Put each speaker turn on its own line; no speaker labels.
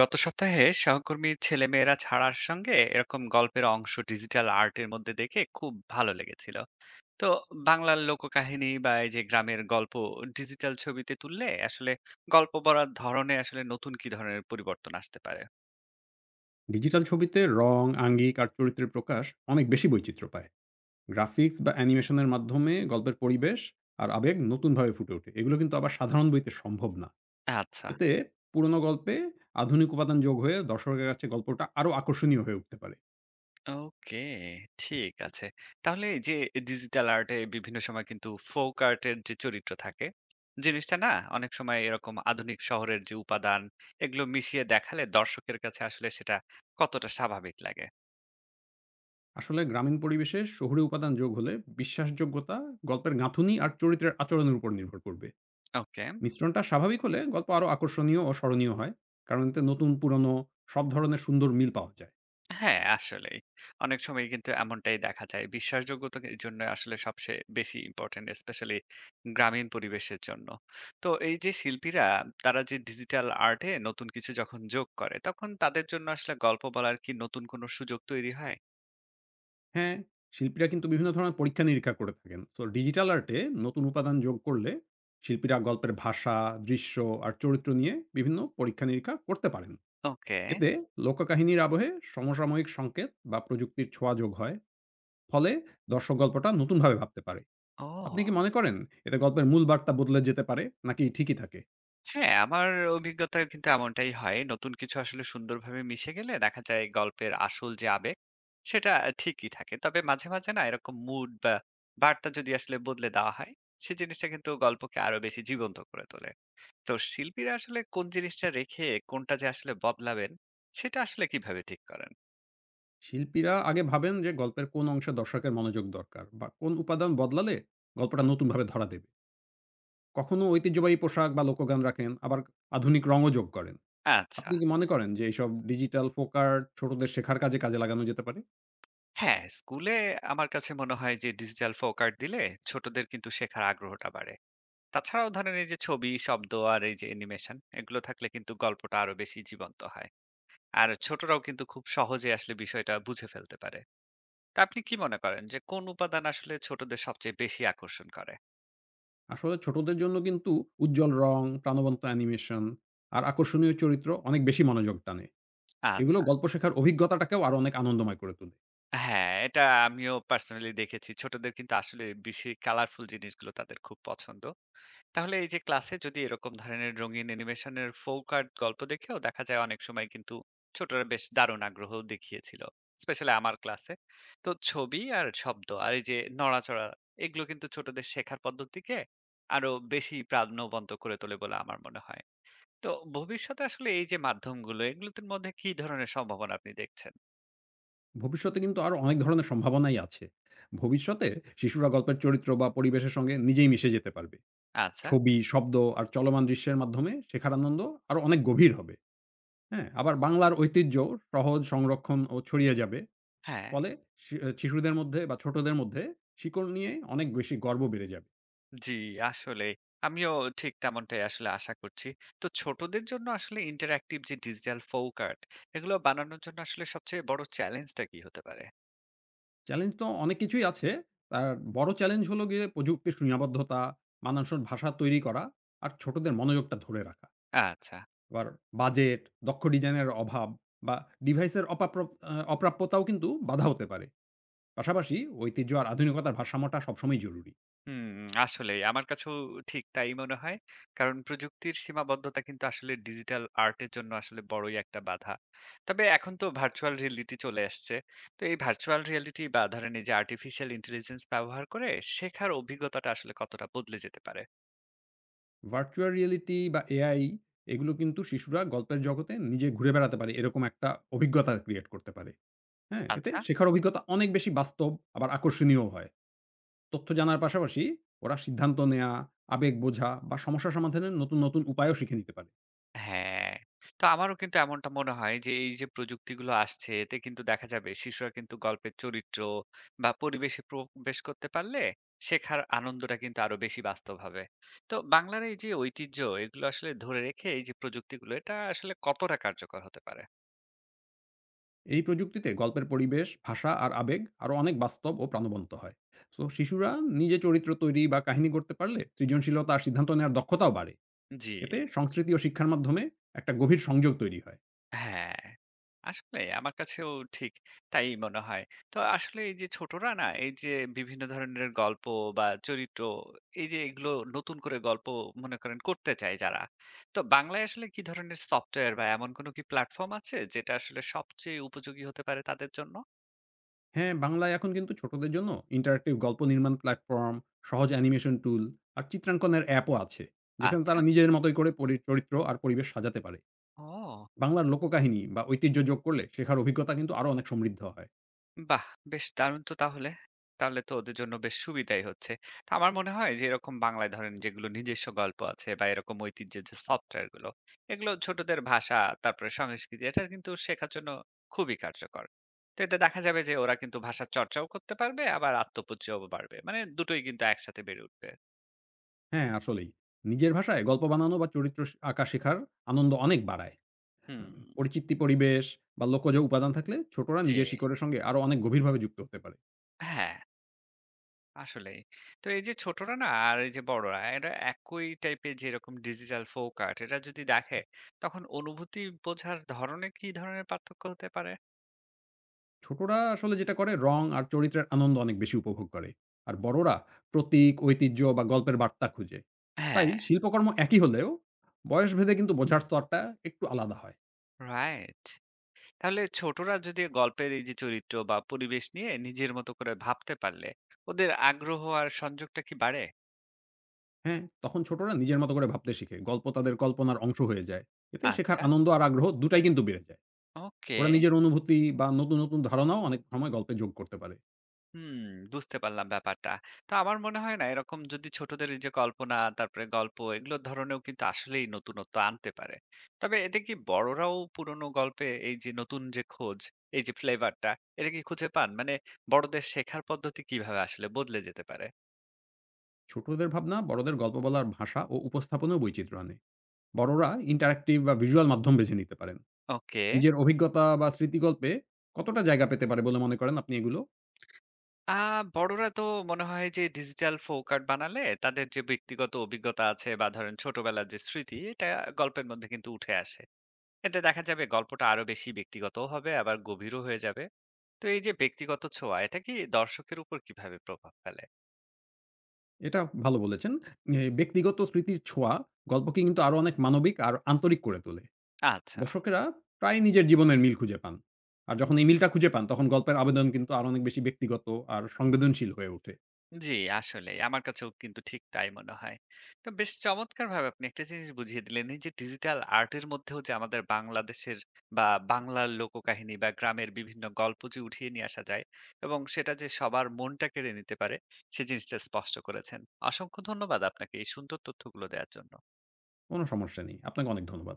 গত সপ্তাহে সহকর্মীর ছেলেমেয়েরা ছাড়ার সঙ্গে এরকম গল্পের অংশ ডিজিটাল আর্টের মধ্যে দেখে খুব ভালো লেগেছিল। তো বাংলার লোককাহিনী বা এই যে গ্রামের গল্প ডিজিটাল ছবিতে তুললে আসলে গল্প বলার ধরনে আসলে নতুন কি ধরনের পরিবর্তন আসতে পারে?
ডিজিটাল ছবিতে রং, আঙ্গিক আর চরিত্রের প্রকাশ অনেক বেশি বৈচিত্র্য পায়। গ্রাফিক্স বা অ্যানিমেশনের মাধ্যমে গল্পের পরিবেশ আর আবেগ নতুনভাবে ফুটে ওঠে। এগুলো কিন্তু আবার সাধারণ বইতে সম্ভব না।
আচ্ছা।
এতে পুরনো গল্পে আধুনিক উপাদান যোগ হয়ে দর্শকের কাছে গল্পটা আরও আকর্ষণীয় হয়ে উঠতে পারে।
ওকে, ঠিক আছে। তাহলে এই যে ডিজিটাল আর্টে বিভিন্ন সময় কিন্তু ফোক আর্টের যে চরিত্র থাকে, জিনিসটা না অনেক সময় এরকম আধুনিক শহরের যে উপাদান, এগুলো মিশিয়ে দেখালে দর্শকের কাছে আসলে সেটা কতটা স্বাভাবিক লাগে?
আসলে গ্রামীণ পরিবেশে শহুরে উপাদান যোগ হলে বিশ্বাসযোগ্যতা, গল্পের গাঁথুনি আর চরিত্রের আচরণের উপর নির্ভর করবে।
ওকে।
মিশ্রণটা স্বাভাবিক হলে গল্প আরও আকর্ষণীয় ও স্মরণীয় হয়। কারণ এতে নতুন পুরনো সব ধরনের সুন্দর মিল পাওয়া যায়।
হ্যাঁ, আসলেই। অনেক সময় কিন্তু এমনটাই দেখা যায়। বিশ্বাসযোগ্যতা এর জন্য আসলে সবচেয়ে বেশি ইম্পোর্টেন্ট, স্পেশালি গ্রামীণ পরিবেশের জন্য। তো এই যে শিল্পীরা, তারা যে ডিজিটাল আর্ট এ নতুন কিছু যখন যোগ করে, তখন তাদের জন্য আসলে গল্প বলার কি নতুন কোনো সুযোগ তৈরি হয়?
হ্যাঁ, শিল্পীরা কিন্তু বিভিন্ন ধরনের পরীক্ষা-নিরীক্ষা করে থাকেন। সো ডিজিটাল আর্টে নতুন উপাদান যোগ করলে শিল্পীরা গল্পের ভাষা, দৃশ্য আর চরিত্র নিয়ে বিভিন্ন পরীক্ষা-নিরীক্ষা করতে পারেন।
ওকে।
এতে লোককাহিনীর আবহে সমসাময়িক সংকেত বা প্রযুক্তির ছোঁয়া যোগ হয়। ফলে দর্শক গল্পটা নতুনভাবে ভাবতে পারে। আপনি
ও!
কি মনে করেন এতে গল্পের মূল বার্তা বদলে যেতে পারে নাকি ঠিকই থাকে?
হ্যাঁ, আমার অভিজ্ঞতা কিন্তু এমনটাই হয়। নতুন কিছু আসলে সুন্দরভাবে মিশে গেলে দেখা যায় গল্পের আসল যে আবেগ, সেটা ঠিকই থাকে। তবে মাঝে, মাঝে না এরকম মুড বা বার্তা যদি আসলে বদলে দেওয়া হয়, সেই জিনিসটা কিন্তু গল্পকে আরো বেশি জীবন্ত করে তোলে। তো শিল্পীরা আসলে কোন জিনিসটা রেখে কোনটা যে আসলে বদলাবেন, সেটা আসলে কিভাবে ঠিক করেন?
শিল্পীরা আগে ভাবেন যে গল্পের কোন অংশে দর্শকের মনোযোগ দরকার বা কোন উপাদান বদলালে গল্পটা নতুনভাবে ধরা দেবে। কখনো ঐতিহ্যবাহী পোশাক বা লোকগান রাখেন, আবার আধুনিক রঙও যোগ করেন।
আচ্ছা।
আপনি কি মনে করেন যে এইসব ডিজিটাল ফোকার ছোটদের শেখার কাজে, কাজে লাগানো যেতে পারে?
হ্যাঁ, স্কুলে আমার কাছে মনে হয় যে ডিজিটাল ফোক আর্ট দিলে ছোটদের কিন্তু শেখার আগ্রহটা বাড়ে। তাছাড়াও ধরেন এই যে ছবি, শব্দ আর এই যে অ্যানিমেশন এগুলো থাকলে কিন্তু গল্পটা আরো বেশি জীবন্ত হয়। আর ছোটরাও কিন্তু খুব সহজে আসলে বিষয়টা বুঝে ফেলতে পারে। তো আপনি কি মনে করেন যে কোন উপাদান আসলে ছোটদের সবচেয়ে বেশি আকর্ষণ করে?
আসলে ছোটদের জন্য কিন্তু উজ্জ্বল রং, প্রাণবন্ত অ্যানিমেশন আর আকর্ষণীয় চরিত্র অনেক বেশি মনোযোগ টানে। এগুলো
আচ্ছা।
গল্প শেখার অভিজ্ঞতাটাকেও আরো অনেক আনন্দময় করে তোলে।
হ্যাঁ, এটা আমিও পার্সোনালি দেখেছি। ছোটদের কিন্তু আসলে বেশি কালারফুল জিনিসগুলো তাদের খুব পছন্দ। তাহলে এই যে ক্লাসে যদি এরকম ধরনের রঙিন অ্যানিমেশনের folk art গল্প দেখেও দেখা যায় অনেক সময় কিন্তু ছোটরা বেশ দারুণ আগ্রহ দেখিয়েছিল। স্পেশালি আমার ক্লাসে। তো ছবি আর শব্দ আর এই যে নড়াচড়া এগুলো কিন্তু ছোটদের শেখার পদ্ধতিকে আরো বেশি প্রাণবন্ত করে তোলে বলে আমার মনে হয়। তো ভবিষ্যতে আসলে এই যে মাধ্যমগুলো এগুলোর মধ্যে কি ধরনের সম্ভাবনা আপনি দেখছেন?
ভবিষ্যতে কিন্তু আরো অনেক ধরনের সম্ভাবনাই আছে। ভবিষ্যতে শিশুরা গল্পের চরিত্র বা পরিবেশের সঙ্গে নিজেই মিশে যেতে পারবে।
আচ্ছা,
ছবি, শব্দ আর চলমান দৃশ্যের মাধ্যমে শেখার আনন্দ আরো অনেক গভীর হবে। হ্যাঁ? আবার বাংলার ঐতিহ্য সহজ সংরক্ষণ ও ছড়িয়ে যাবে।
হ্যাঁ।
ফলে শি আ শিশুদের মধ্যে বা ছোটদের মধ্যে শিকড় নিয়ে অনেক বেশি গর্ব বেড়ে যাবে।
জি, আসলেই। আমিও ঠিক তেমনটাই আসলে আশা করছি। তো ছোটদের জন্য আসলে ইন্টারঅ্যাক্টিভ যে ডিজিটাল ফোক আর্ট, এগুলো বানানোর জন্য আসলে সবচেয়ে বড় চ্যালেঞ্জটা কি হতে পারে?
চ্যালেঞ্জ তো অনেক কিছুই আছে। তার বড় চ্যালেঞ্জ হলো গিয়ে প্রযুক্তির সীমাবদ্ধতা, মানানসই ভাষা তৈরি করা আর ছোটদের মনোযোগটা ধরে রাখা।
আচ্ছা।
আবার বাজেট, দক্ষ ডিজাইনের অভাব বা ডিভাইসের অপাপ্র আ অপ্রাপ্যতাও কিন্তু বাধা হতে পারে। পাশাপাশি ঐতিহ্য আর আধুনিকতার ভারসাম্যটা সবসময়ই জরুরি।
হুম, আসলেই আমার কাছেও ঠিক তাই মনে হয়। কারণ প্রযুক্তির সীমাবদ্ধতা কিন্তু আসলে ডিজিটাল আর্টের জন্য আসলে বড়ই একটা বাধা। তবে এখন তো ভার্চুয়াল রিয়েলিটি চলে আসছে। তো এই ভার্চুয়াল রিয়েলিটি বা ধরেন এই যে আর্টিফিশিয়াল ইন্টেলিজেন্স ব্যবহার করে শেখার অভিজ্ঞতাটা আসলে কতটা বদলে যেতে পারে?
ভার্চুয়াল রিয়েলিটি বা এআই এগুলো কিন্তু শিশুরা গল্পের জগতে নিজে ঘুরে বেড়াতে পারে এরকম একটা অভিজ্ঞতা ক্রিয়েট করতে পারে। হ্যাঁ? এতে
আচ্ছা।
শেখার অভিজ্ঞতা অনেক বেশি বাস্তব আবার আকর্ষণীয় হয়। তথ্য জানার পাশাপাশি ওরা সিদ্ধান্ত নেয়া, আবেগ বোঝা বা সমস্যা সমাধানের নতুন, নতুন উপায়ও শিখে নিতে পারে।
হ্যাঁ, তো আমারও কিন্তু এমনটা মনে হয় যে এই যে প্রযুক্তিগুলো আসছে এতে কিন্তু দেখা যাবে শিশুরা কিন্তু গল্পের চরিত্র বা পরিবেশে প্রবেশ করতে পারলে শেখার আনন্দটা কিন্তু আরো বেশি বাস্তব হবে। তো বাংলার এই যে ঐতিহ্য এগুলো আসলে ধরে রেখে এই যে প্রযুক্তিগুলো এটা আসলে কতটা কার্যকর হতে পারে?
এই প্রযুক্তিতে গল্পের পরিবেশ, ভাষা আর আবেগ আরো অনেক বাস্তব ও প্রাণবন্ত হয়। সো শিশুরা নিজে চরিত্র তৈরি বা কাহিনী গড়তে পারলে সৃজনশীলতা আর সিদ্ধান্ত নেওয়ার দক্ষতাও বাড়ে।
জি।
এতে সংস্কৃতি ও শিক্ষার মাধ্যমে একটা গভীর সংযোগ তৈরি হয়।
হ্যাঁ, আসলে আমার কাছেও ঠিক তাই মনে হয়। তো আসলে এই যে ছোটরা না এই যে বিভিন্ন ধরনের গল্প বা চরিত্র এই যে এগুলো নতুন করে গল্প মনে করেন করতে চায় যারা। তো বাংলায় আসলে কি ধরনের সফটওয়্যার বা এমন কোনো কি প্ল্যাটফর্ম আছে যেটা আসলে সবচেয়ে উপযোগী হতে পারে তাদের জন্য?
হ্যাঁ, বাংলায় এখন কিন্তু ছোটদের জন্য ইন্টারেক্টিভ গল্প নির্মাণ প্ল্যাটফর্ম, সহজ অ্যানিমেশন টুল আর চিত্রাঙ্কনের অ্যাপও আছে। যেখানে
আচ্ছা।
তারা নিজেদের মতোই করে চরিত্র আর পরিবেশ সাজাতে পারে।
ও।
বাংলার লোককাহিনী বা ঐতিহ্য যোগ করলে শেখার অভিজ্ঞতা কিন্তু আরো অনেক সমৃদ্ধ হয়।
বাহ! বেশ দারুণ তো তাহলে। তাহলে তো ওদের জন্য বেশ সুবিধাই হচ্ছে। তো আমার মনে হয় যে এরকম বাংলায় ধরেন যেগুলো নিজস্ব গল্প আছে বা এরকম ঐতিহ্যের যে সফটওয়্যার গুলো, এগুলো ছোটদের ভাষা তারপরে সংস্কৃতি এটা কিন্তু শেখার জন্য খুবই কার্যকর। তো এতে দেখা যাবে যে ওরা কিন্তু ভাষার চর্চাও করতে পারবে আবার আত্মপরিচয়ও বাড়বে। মানে দুটোই কিন্তু একসাথে বেড়ে উঠবে।
হ্যাঁ, আসলেই। নিজের ভাষায় গল্প বানানো বা চরিত্র আঁকা শেখার আনন্দ অনেক বাড়ায়। আ
হুম,
পরিচিতি পরিবেশ বা লোকজ উপাদান থাকলে ছোটরা
জি।
নিজের শিকড়ের সঙ্গে আরো অনেক গভীরভাবে যুক্ত হতে পারে।
হ্যাঁ। আসলেই। তো এই যে ছোটরা না আর এই যে বড়রা এরা একই টাইপের যেরকম ডিজিটাল ফোক আর্ট এটা যদি দেখে তখন অনুভূতি বোঝার ধরনে কি ধরনের পার্থক্য হতে পারে?
ছোটরা আসলে যেটা করে রং আর চরিত্রের আনন্দ অনেক বেশি উপভোগ করে। আর বড়রা প্রতীক, ঐতিহ্য বা গল্পের বার্তা খুঁজে। তাই
হ্যাঁ।
শিল্পকর্ম একই হলেও বয়সভেদে কিন্তু বোঝার স্তরটা একটু আলাদা হয়।
রাইট। তাহলে ছোটরা যদি গল্পের এই যে চরিত্র বা পরিবেশ নিয়ে নিজের মতো করে ভাবতে পারলে ওদের আগ্রহ আর সংযোগটা কি বাড়ে?
হ্যাঁ? তখন ছোটরা নিজের মতো করে ভাবতে শিখে। গল্প তাদের কল্পনার অংশ হয়ে যায়। এতে শেখার
আচ্ছা।
আনন্দ আর আগ্রহ দুটাই কিন্তু বেড়ে যায়।
ওকে।
ওরা নিজের অনুভূতি বা নতুন, নতুন ধারণাও অনেক সময় গল্পে যোগ করতে পারে।
হুম, বুঝতে পারলাম ব্যাপারটা। তো আমার মনে হয় না এরকম যদি ছোটদের এই যে কল্পনা, তারপরে গল্প এগুলোর ধরনেও কিন্তু আসলেই নতুনত্ব আনতে পারে। তবে এতে কি বড়রাও পুরনো গল্পে এই যে নতুন যে খোঁজ, এই যে ফ্লেভারটা এটা কি খুঁজে পান? মানে বড়দের শেখার পদ্ধতি কিভাবে আসলে বদলে যেতে পারে?
ছোটদের ভাবনা বড়দের গল্প বলার ভাষা ও উপস্থাপনেও বৈচিত্র্য আনে। বড়রা ইন্টারেক্টিভ বা ভিজুয়াল মাধ্যম বেছে নিতে পারেন।
ওকে।
নিজের অভিজ্ঞতা বা স্মৃতিগল্পে কতটা জায়গা পেতে পারে বলে মনে করেন আপনি এগুলো?
আ বড়রা তো মনে হয় যে ডিজিটাল ফোক আর্ট বানালে তাদের যে ব্যক্তিগত অভিজ্ঞতা আছে বা ধরেন ছোটবেলার যে স্মৃতি এটা গল্পের মধ্যে কিন্তু উঠে আসে। এতে দেখা যাবে গল্পটা আরো বেশি ব্যক্তিগতও হবে আবার গভীরও হয়ে যাবে। তো এই যে ব্যক্তিগত ছোঁয়া এটা কি দর্শকের উপর কিভাবে প্রভাব ফেলে?
এটা ভালো বলেছেন। এ ব্যক্তিগত স্মৃতির ছোঁয়া গল্পকে কিন্তু আরো অনেক মানবিক আর আন্তরিক করে তোলে।
আচ্ছা।
দর্শকেরা প্রায়ই নিজের জীবনের মিল খুঁজে পান। আর যখন এই মিলটা খুঁজে পান তখন গল্পের আবেদন কিন্তু আরো অনেক বেশি ব্যক্তিগত আর সংবেদনশীল হয়ে ওঠে।
জি। আসলে আমার কাছেও কিন্তু ঠিক তাই মনে হয়। তো বেশ চমৎকার ভাবে আপনি একটা জিনিস বুঝিয়ে দিলেন এই যে ডিজিটাল আর্টের মধ্যেও যে আমাদের বাংলাদেশের বা বাংলার লোককাহিনী বা গ্রামের বিভিন্ন গল্প যে উঠিয়ে নিয়ে আসা যায় এবং সেটা যে সবার মনটা কেড়ে নিতে পারে সে জিনিসটা স্পষ্ট করেছেন। অসংখ্য ধন্যবাদ আপনাকে এই সুন্দর তথ্যগুলো দেওয়ার জন্য।
কোনো সমস্যা নেই। আপনাকে অনেক ধন্যবাদ।